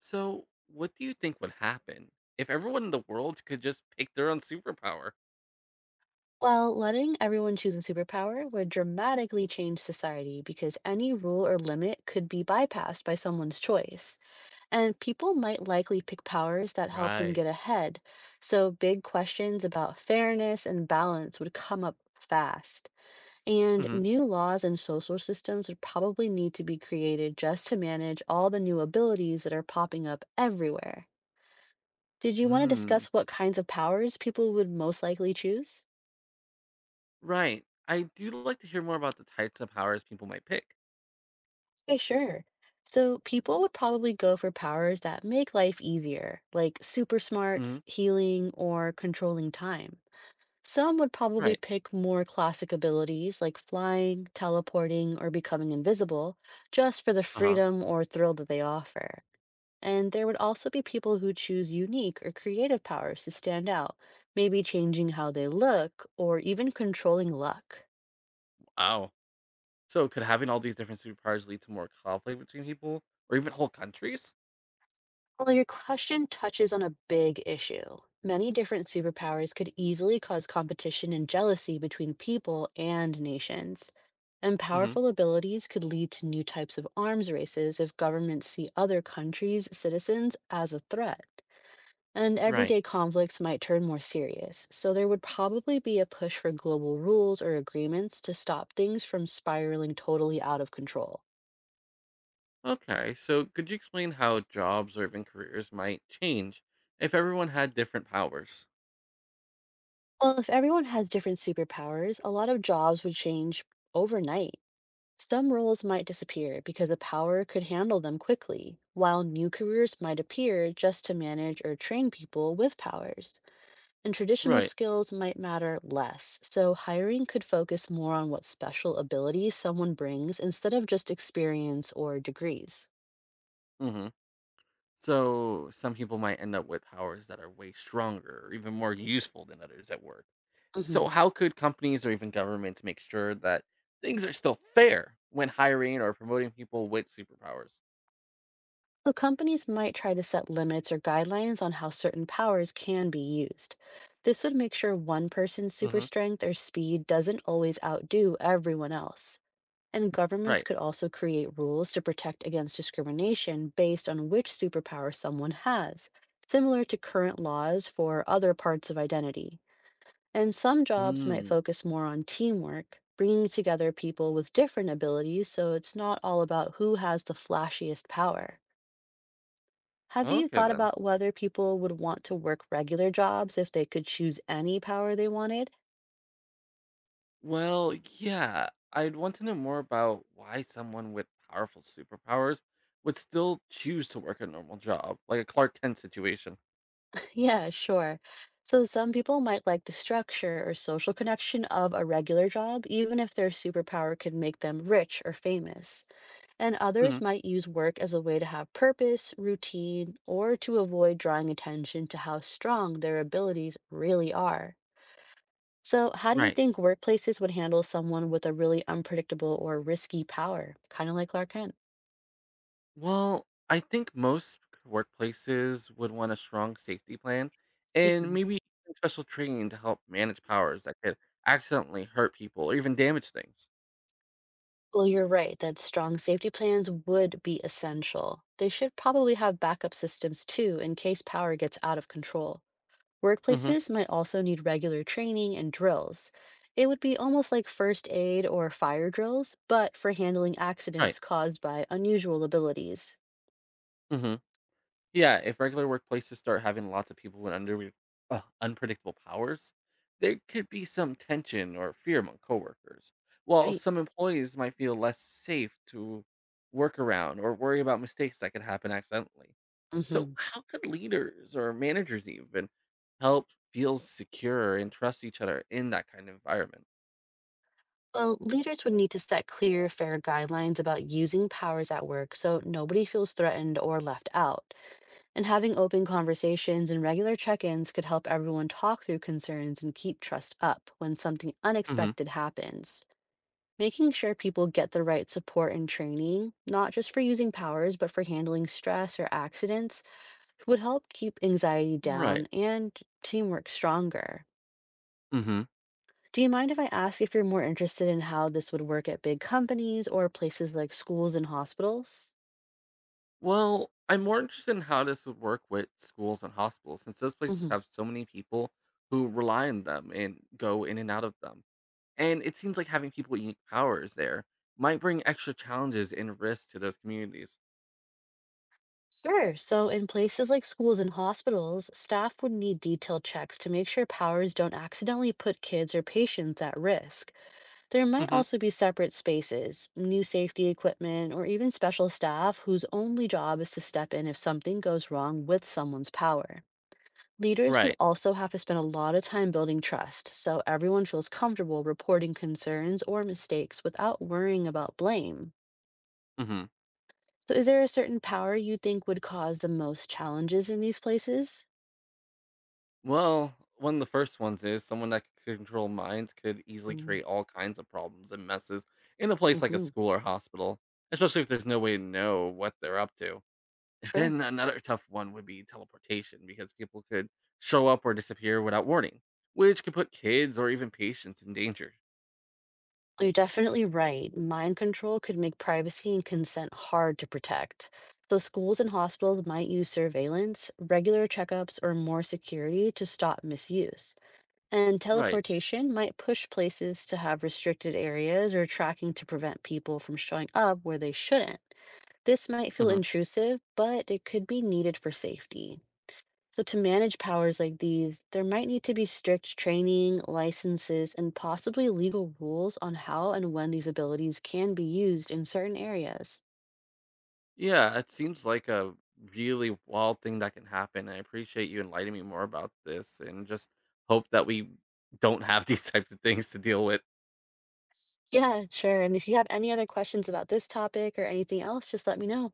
So, what do you think would happen if everyone in the world could just pick their own superpower? Well, letting everyone choose a superpower would dramatically change society because any rule or limit could be bypassed by someone's choice. And people might likely pick powers that help them Right. get ahead. So big questions about fairness and balance would come up fast. And hmm new laws and social systems would probably need to be created just to manage all the new abilities that are popping up everywhere. Did you want to Mm. discuss what kinds of powers people would most likely choose? Right. I do like to hear more about the types of powers people might pick. Okay, sure. So people would probably go for powers that make life easier, like super smarts, hmm healing, or controlling time. Some would probably Right. pick more classic abilities like flying, teleporting, or becoming invisible, just for the Uh huh. freedom or thrill that they offer. And there would also be people who choose unique or creative powers to stand out, maybe changing how they look or even controlling luck. Wow. So, could having all these different superpowers lead to more conflict between people or even whole countries? Well, your question touches on a big issue. Many different superpowers could easily cause competition and jealousy between people and nations. And hmm powerful abilities could lead to new types of arms races if governments see other countries' citizens as a threat. And Right. everyday conflicts might turn more serious, so there would probably be a push for global rules or agreements to stop things from spiraling totally out of control. Okay. So, could you explain how jobs or even careers might change if everyone had different powers? Well, if everyone has different superpowers, a lot of jobs would change overnight. Some roles might disappear because the power could handle them quickly, while new careers might appear just to manage or train people with powers. And traditional Right. skills might matter less, so hiring could focus more on what special abilities someone brings instead of just experience or degrees. Hmm. So some people might end up with powers that are way stronger or even more useful than others at work. Mhm. So how could companies or even governments make sure that things are still fair when hiring or promoting people with superpowers? So companies might try to set limits or guidelines on how certain powers can be used. This would make sure one person's super hmm strength or speed doesn't always outdo everyone else. And governments Right. could also create rules to protect against discrimination based on which superpower someone has, similar to current laws for other parts of identity. And some jobs might Mm. focus more on teamwork, bringing together people with different abilities so it's not all about who has the flashiest power. Have you Okay thought then. about whether people would want to work regular jobs if they could choose any power they wanted? Well, yeah, I'd want to know more about why someone with powerful superpowers would still choose to work a normal job, like a Clark Kent situation. Yeah, sure. So some people might like the structure or social connection of a regular job, even if their superpower could make them rich or famous. And hmm others might use work as a way to have purpose, routine, or to avoid drawing attention to how strong their abilities really are. So, how do you Right. think workplaces would handle someone with a really unpredictable or risky power? Kind of like Clark Kent. Well, I think most workplaces would want a strong safety plan and Mhm. maybe even special training to help manage powers that could accidentally hurt people or even damage things. Well, you're right that strong safety plans would be essential. They should probably have backup systems too in case power gets out of control. hmm Workplaces might also need regular training and drills. It would be almost like first aid or fire drills, but for handling Right. accidents caused by unusual abilities. Hmm. Yeah, if regular workplaces start having lots of people with under unpredictable powers, there could be some tension or fear among coworkers. While Right. some employees might feel less safe to work around or worry about mistakes that could happen accidentally. So, hmm how could leaders or managers even help feel secure and trust each other in that kind of environment? Well, leaders would need to set clear, fair guidelines about using powers at work so nobody feels threatened or left out. And having open conversations and regular check ins could help everyone talk through concerns and keep trust up when something hmm unexpected happens. Making sure people get the right support and training, not just for using powers, but for handling stress or accidents, would help keep anxiety Right. down and teamwork stronger. Hmm. Do you mind if I ask if you're more interested in how this would work at big companies or places like schools and hospitals? Well, I'm more interested in how this would work with schools and hospitals, since those places Mhm. have so many people who rely on them and go in and out of them. And it seems like having people with unique powers there might bring extra challenges and risks to those communities. Sure. So, in places like schools and hospitals, staff would need detailed checks to make sure powers don't accidentally put kids or patients at risk. There might hmm also be separate spaces, new safety equipment, or even special staff whose only job is to step in if something goes wrong with someone's power. Leaders would Right. also have to spend a lot of time building trust so everyone feels comfortable reporting concerns or mistakes without worrying about blame. Hmm. So, is there a certain power you think would cause the most challenges in these places? Well, one of the first ones is someone that could control minds could easily create all kinds of problems and messes in a place like a Mm-hmm. school or hospital, especially if there's no way to know what they're up to. And True. then another tough one would be teleportation because people could show up or disappear without warning, which could put kids or even patients in danger. You're definitely right. Mind control could make privacy and consent hard to protect. So, schools and hospitals might use surveillance, regular checkups, or more security to stop misuse. And Right. teleportation might push places to have restricted areas or tracking to prevent people from showing up where they shouldn't. This might feel Hmm. intrusive, but it could be needed for safety. So, to manage powers like these, there might need to be strict training, licenses, and possibly legal rules on how and when these abilities can be used in certain areas. Yeah, it seems like a really wild thing that can happen. I appreciate you enlightening me more about this and just hope that we don't have these types of things to deal with. Yeah, sure. And if you have any other questions about this topic or anything else, just let me know.